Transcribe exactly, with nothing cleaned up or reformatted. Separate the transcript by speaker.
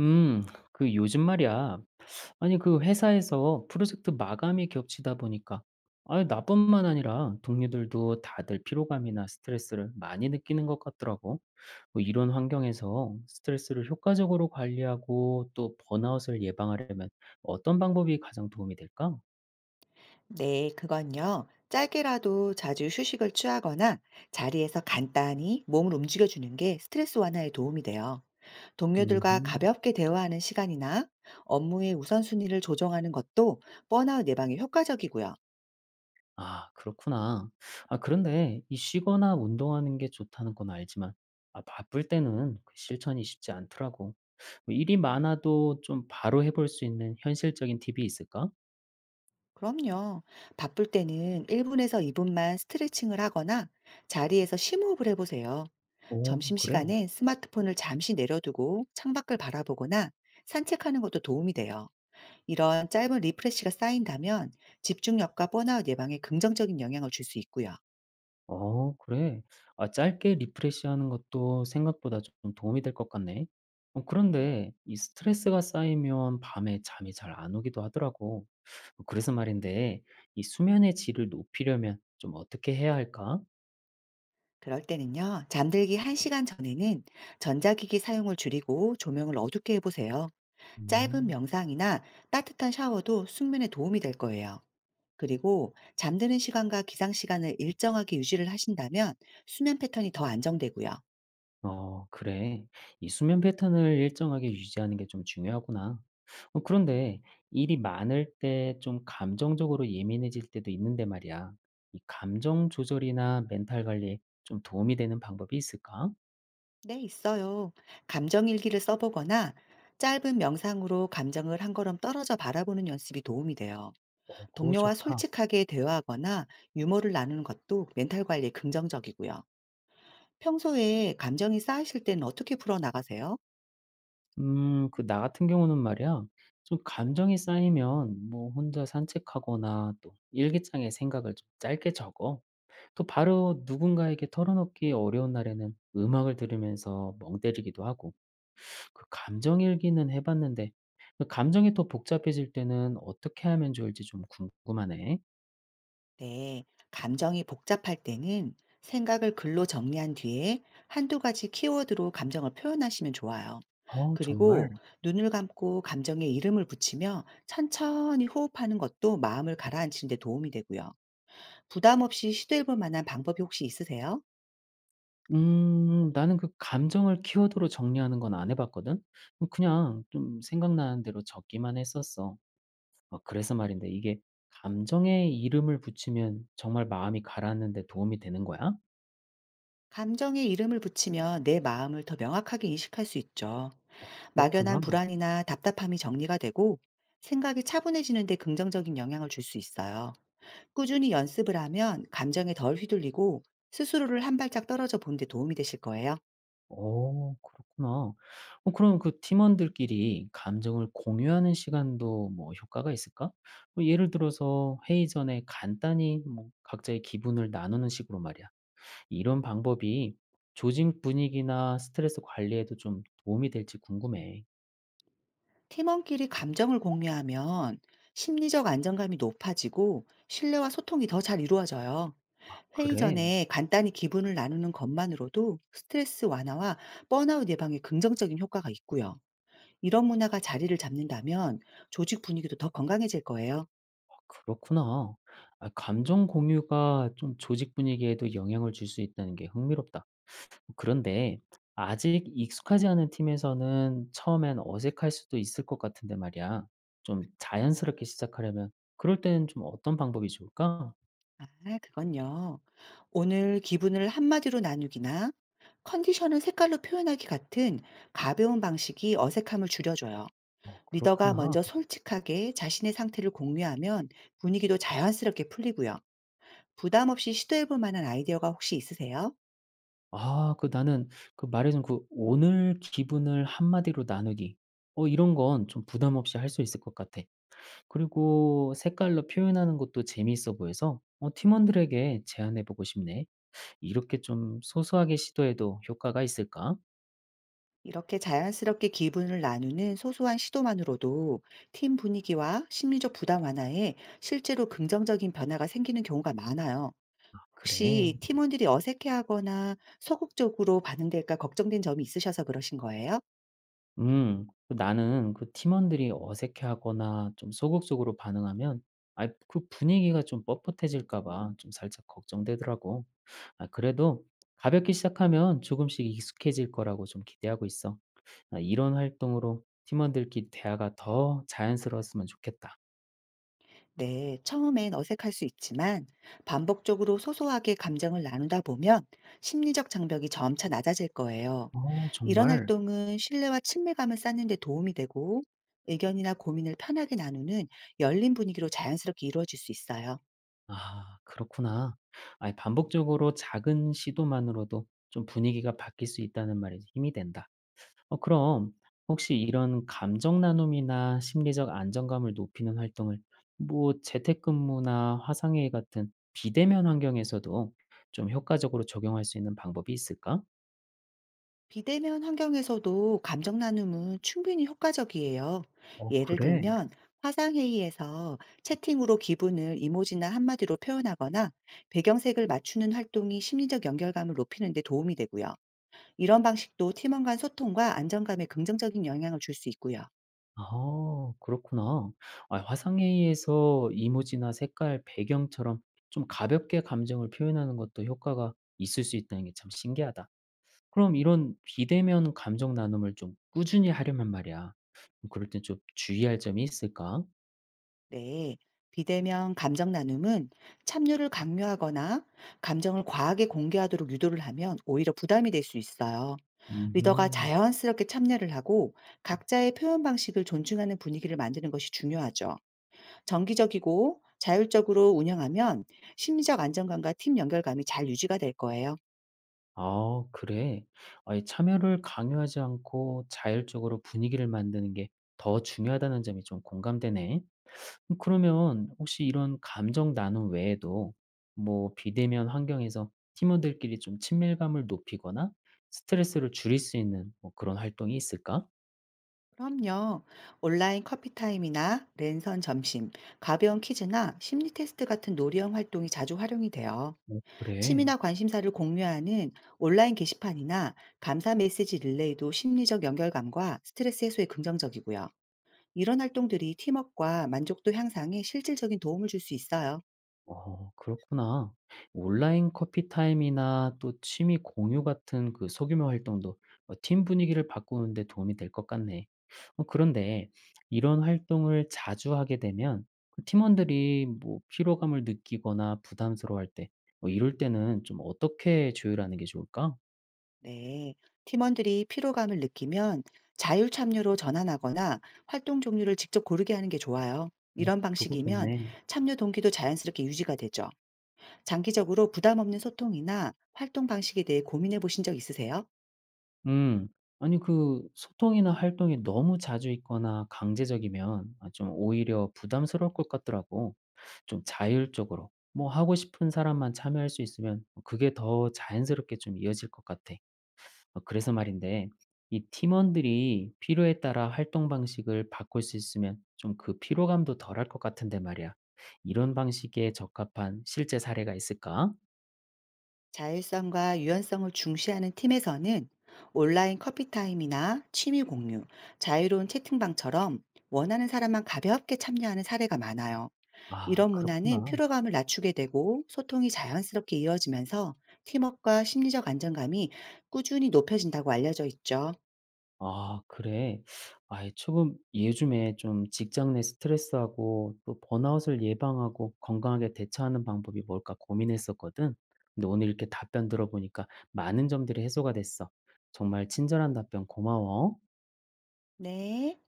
Speaker 1: 음, 그 요즘 말이야. 아니, 그 회사에서 프로젝트 마감이 겹치다 보니까, 아니, 나뿐만 아니라 동료들도 다들 피로감이나 스트레스를 많이 느끼는 것 같더라고. 뭐 이런 환경에서 스트레스를 효과적으로 관리하고 또 번아웃을 예방하려면 어떤 방법이 가장 도움이 될까?
Speaker 2: 네, 그건요. 짧게라도 자주 휴식을 취하거나 자리에서 간단히 몸을 움직여주는 게 스트레스 완화에 도움이 돼요. 동료들과
Speaker 1: 음,
Speaker 2: 가볍게 대화하는 시간이나 업무의 우선순위를 조정하는 것도 번아웃 예방에 효과적이고요.
Speaker 1: 아, 그렇구나. 아, 그런데 이 쉬거나 운동하는 게 좋다는 건 알지만, 아, 바쁠 때는 그 실천이 쉽지 않더라고. 뭐 일이 많아도 좀 바로 해볼 수 있는 현실적인 팁이 있을까?
Speaker 2: 그럼요. 바쁠 때는 일 분에서 이 분만 스트레칭을 하거나 자리에서 심호흡을 해보세요.
Speaker 1: 오 그래?
Speaker 2: 점심시간에 스마트폰을 잠시 내려두고 창밖을 바라보거나 산책하는 것도 도움이 돼요. 이런 짧은 리프레시가 쌓인다면 집중력과 번아웃 예방에 긍정적인 영향을 줄 수 있고요.
Speaker 1: 어 그래. 아 짧게 리프레시하는 것도 생각보다 좀 도움이 될 것 같네. 어 그런데 이 스트레스가 쌓이면 밤에 잠이 잘 안 오기도 하더라고. 어, 그래서 말인데 이 수면의 질을 높이려면 좀 어떻게 해야 할까?
Speaker 2: 그럴 때는요, 잠들기 한 시간 전에는 전자기기 사용을 줄이고 조명을 어둡게 해보세요. 짧은
Speaker 1: 음.
Speaker 2: 명상이나 따뜻한 샤워도 숙면에 도움이 될 거예요. 그리고 잠드는 시간과 기상 시간을 일정하게 유지를 하신다면 수면 패턴이 더 안정되고요.
Speaker 1: 어, 그래. 이 수면 패턴을 일정하게 유지하는 게 좀 중요하구나. 어, 그런데 일이 많을 때 좀 감정적으로 예민해질 때도 있는데 말이야. 이 감정 조절이나 멘탈 관리에 좀 도움이 되는 방법이 있을까?
Speaker 2: 네, 있어요. 감정 일기를 써보거나 짧은 명상으로 감정을 한 걸음 떨어져 바라보는 연습이 도움이 돼요.
Speaker 1: 어, 그거
Speaker 2: 동료와
Speaker 1: 좋다.
Speaker 2: 솔직하게 대화하거나 유머를 나누는 것도 멘탈 관리에 긍정적이고요. 평소에 감정이 쌓이실 때는 어떻게 풀어나가세요?
Speaker 1: 음, 그 나 같은 경우는 말이야. 좀 감정이 쌓이면 뭐 혼자 산책하거나 또 일기장에 생각을 좀 짧게 적어. 또 바로 누군가에게 털어놓기 어려운 날에는 음악을 들으면서 멍 때리기도 하고. 그 감정일기는 해 봤는데 그 감정이 더 복잡해질 때는 어떻게 하면 좋을지 좀 궁금하네.
Speaker 2: 네, 감정이 복잡할 때는 생각을 글로 정리한 뒤에 한두 가지 키워드로 감정을 표현하시면 좋아요.
Speaker 1: 어 정말?
Speaker 2: 그리고 눈을 감고 감정에 이름을 붙이며 천천히 호흡하는 것도 마음을 가라앉히는 데 도움이 되고요. 부담 없이 시도해볼 만한 방법이 혹시 있으세요?
Speaker 1: 음 나는 그 감정을 키워드로 정리하는 건 안 해 봤거든. 음 그냥 좀 생각나는 대로 적기만 했었어. 어 그래서 말인데 이게 감정에 이름을 붙이면 정말 마음이 가라앉는 데 도움이 되는 거야?
Speaker 2: 감정에 이름을 붙이면 내 마음을 더 명확하게 인식할 수 있죠.
Speaker 1: 그렇구나.
Speaker 2: 막연한 불안이나 답답함이 정리가 되고 생각이 차분해지는데 긍정적인 영향을 줄 수 있어요. 꾸준히 연습을 하면 감정에 덜 휘둘리고 스스로를 한 발짝 떨어져 보는데 도움이 되실 거예요.
Speaker 1: 어 그렇구나. 어 그럼 그 팀원들끼리 감정을 공유하는 시간도 뭐 효과가 있을까? 뭐 예를 들어서 회의 전에 간단히 뭐 각자의 기분을 나누는 식으로 말이야. 이런 방법이 조직 분위기나 스트레스 관리에도 좀 도움이 될지 궁금해.
Speaker 2: 팀원끼리 감정을 공유하면 심리적 안정감이 높아지고 신뢰와 소통이 더 잘 이루어져요. 회의
Speaker 1: 그래.
Speaker 2: 전에 간단히 기분을 나누는 것만으로도 스트레스 완화와 번아웃 예방에 긍정적인 효과가 있고요. 이런 문화가 자리를 잡는다면 조직 분위기도 더 건강해질 거예요.
Speaker 1: 아 그렇구나. 아 감정 공유가 좀 조직 분위기에도 영향을 줄 수 있다는 게 흥미롭다. 그런데 아직 익숙하지 않은 팀에서는 처음엔 어색할 수도 있을 것 같은데 말이야. 좀 자연스럽게 시작하려면 그럴 때는 좀 어떤 방법이 좋을까?
Speaker 2: 아, 그건요. 오늘 기분을 한마디로 나누기나 컨디션을 색깔로 표현하기 같은 가벼운 방식이 어색함을 줄여줘요.
Speaker 1: 어,
Speaker 2: 리더가
Speaker 1: 그렇구나.
Speaker 2: 먼저 솔직하게 자신의 상태를 공유하면 분위기도 자연스럽게 풀리고요. 부담 없이 시도해볼 만한 아이디어가 혹시 있으세요?
Speaker 1: 아, 그 나는 그 말해준 그 오늘 기분을 한마디로 나누기. 어, 이런 건 좀 부담 없이 할 수 있을 것 같아. 그리고 색깔로 표현하는 것도 재미있어 보여서 어, 팀원들에게 제안해보고 싶네. 이렇게 좀 소소하게 시도해도 효과가 있을까?
Speaker 2: 이렇게 자연스럽게 기분을 나누는 소소한 시도만으로도 팀 분위기와 심리적 부담 완화에 실제로 긍정적인 변화가 생기는 경우가 많아요.
Speaker 1: 그래.
Speaker 2: 혹시 팀원들이 어색해하거나 소극적으로 반응될까 걱정된 점이 있으셔서 그러신 거예요?
Speaker 1: 음. 그 나는 그 팀원들이 어색해하거나 좀 소극적으로 반응하면 아 그 분위기가 좀 뻣뻣해질까 봐 좀 살짝 걱정되더라고. 아 그래도 가볍게 시작하면 조금씩 익숙해질 거라고 좀 기대하고 있어. 아 이런 활동으로 팀원들끼리 대화가 더 자연스러웠으면 좋겠다.
Speaker 2: 네, 처음엔 어색할 수 있지만 반복적으로 소소하게 감정을 나누다 보면 심리적 장벽이 점차 낮아질 거예요.
Speaker 1: 어
Speaker 2: 이런
Speaker 1: 정말?
Speaker 2: 활동은 신뢰와 친밀감을 쌓는 데 도움이 되고 의견이나 고민을 편하게 나누는 열린 분위기로 자연스럽게 이루어질 수 있어요.
Speaker 1: 아 그렇구나. 아 반복적으로 작은 시도만으로도 좀 분위기가 바뀔 수 있다는 말이 힘이 된다. 어 그럼 혹시 이런 감정 나눔이나 심리적 안정감을 높이는 활동을 뭐 재택근무나 화상회의 같은 비대면 환경에서도 좀 효과적으로 적용할 수 있는 방법이 있을까?
Speaker 2: 비대면 환경에서도 감정 나눔은 충분히 효과적이에요.
Speaker 1: 어,
Speaker 2: 예를
Speaker 1: 그래?
Speaker 2: 들면 화상회의에서 채팅으로 기분을 이모지나 한마디로 표현하거나 배경색을 맞추는 활동이 심리적 연결감을 높이는 데 도움이 되고요. 이런 방식도 팀원 간 소통과 안정감에 긍정적인 영향을 줄 수 있고요.
Speaker 1: 아, 그렇구나. 아, 화상회의에서 이모지나 색깔, 배경처럼 좀 가볍게 감정을 표현하는 것도 효과가 있을 수 있다는 게 참 신기하다. 그럼 이런 비대면 감정 나눔을 좀 꾸준히 하려면 말이야. 그럴 땐 좀 주의할 점이 있을까?
Speaker 2: 네. 비대면 감정 나눔은 참여를 강요하거나 감정을 과하게 공개하도록 유도를 하면 오히려 부담이 될 수 있어요. 리더가
Speaker 1: 음
Speaker 2: 자연스럽게 참여를 하고 각자의 표현 방식을 존중하는 분위기를 만드는 것이 중요하죠. 정기적이고 자율적으로 운영하면 심리적 안정감과 팀 연결감이 잘 유지가 될 거예요.
Speaker 1: 아 그래? 아 참여를 강요하지 않고 자율적으로 분위기를 만드는 게 더 중요하다는 점이 좀 공감되네. 음 그러면 혹시 이런 감정 나눔 외에도 뭐 비대면 환경에서 팀원들끼리 좀 친밀감을 높이거나 스트레스를 줄일 수 있는 뭐 그런 활동이 있을까?
Speaker 2: 그럼요. 온라인 커피 타임이나 랜선 점심, 가벼운 퀴즈나 심리 테스트 같은 놀이형 활동이 자주 활용이 돼요.
Speaker 1: 어 그래.
Speaker 2: 취미나 관심사를 공유하는 온라인 게시판이나 감사 메시지 릴레이도 심리적 연결감과 스트레스 해소에 긍정적이고요. 이런 활동들이 팀워크와 만족도 향상에 실질적인 도움을 줄 수 있어요.
Speaker 1: 어 그렇구나. 온라인 커피 타임이나 또 취미 공유 같은 그 소규모 활동도 어 팀 분위기를 바꾸는 데 도움이 될 것 같네. 어 그런데 이런 활동을 자주 하게 되면 그 팀원들이 뭐 피로감을 느끼거나 부담스러워할 때 뭐 이럴 때는 좀 어떻게 조율하는 게 좋을까?
Speaker 2: 네. 팀원들이 피로감을 느끼면 자율 참여로 전환하거나 활동 종류를 직접 고르게 하는 게 좋아요.
Speaker 1: 어
Speaker 2: 이런
Speaker 1: 그거
Speaker 2: 방식이면
Speaker 1: 좋네.
Speaker 2: 참여 동기도 자연스럽게 유지가 되죠. 장기적으로 부담 없는 소통이나 활동 방식에 대해 고민해 보신 적 있으세요?
Speaker 1: 음. 아니 그 소통이나 활동이 너무 자주 있거나 강제적이면 아 좀 오히려 부담스러울 것 같더라고. 좀 자율적으로 뭐 하고 싶은 사람만 참여할 수 있으면 그게 더 자연스럽게 좀 이어질 것 같아. 어 그래서 말인데 이 팀원들이 필요에 따라 활동 방식을 바꿀 수 있으면 좀 그 피로감도 덜할 것 같은데 말이야. 이런 방식에 적합한 실제 사례가 있을까?
Speaker 2: 자율성과 유연성을 중시하는 팀에서는 온라인 커피 타임이나 취미 공유, 자유로운 채팅방처럼 원하는 사람만 가볍게 참여하는 사례가 많아요.
Speaker 1: 아,
Speaker 2: 이런 문화는
Speaker 1: 그렇구나.
Speaker 2: 피로감을 낮추게 되고 소통이 자연스럽게 이어지면서 팀워크와 심리적 안정감이 꾸준히 높여진다고 알려져 있죠.
Speaker 1: 아 그래? 아이 조금 요즘에 좀 직장 내 스트레스하고 또 번아웃을 예방하고 건강하게 대처하는 방법이 뭘까 고민했었거든. 근데 오늘 이렇게 답변 들어보니까 많은 점들이 해소가 됐어. 정말 친절한 답변 고마워.
Speaker 2: 네.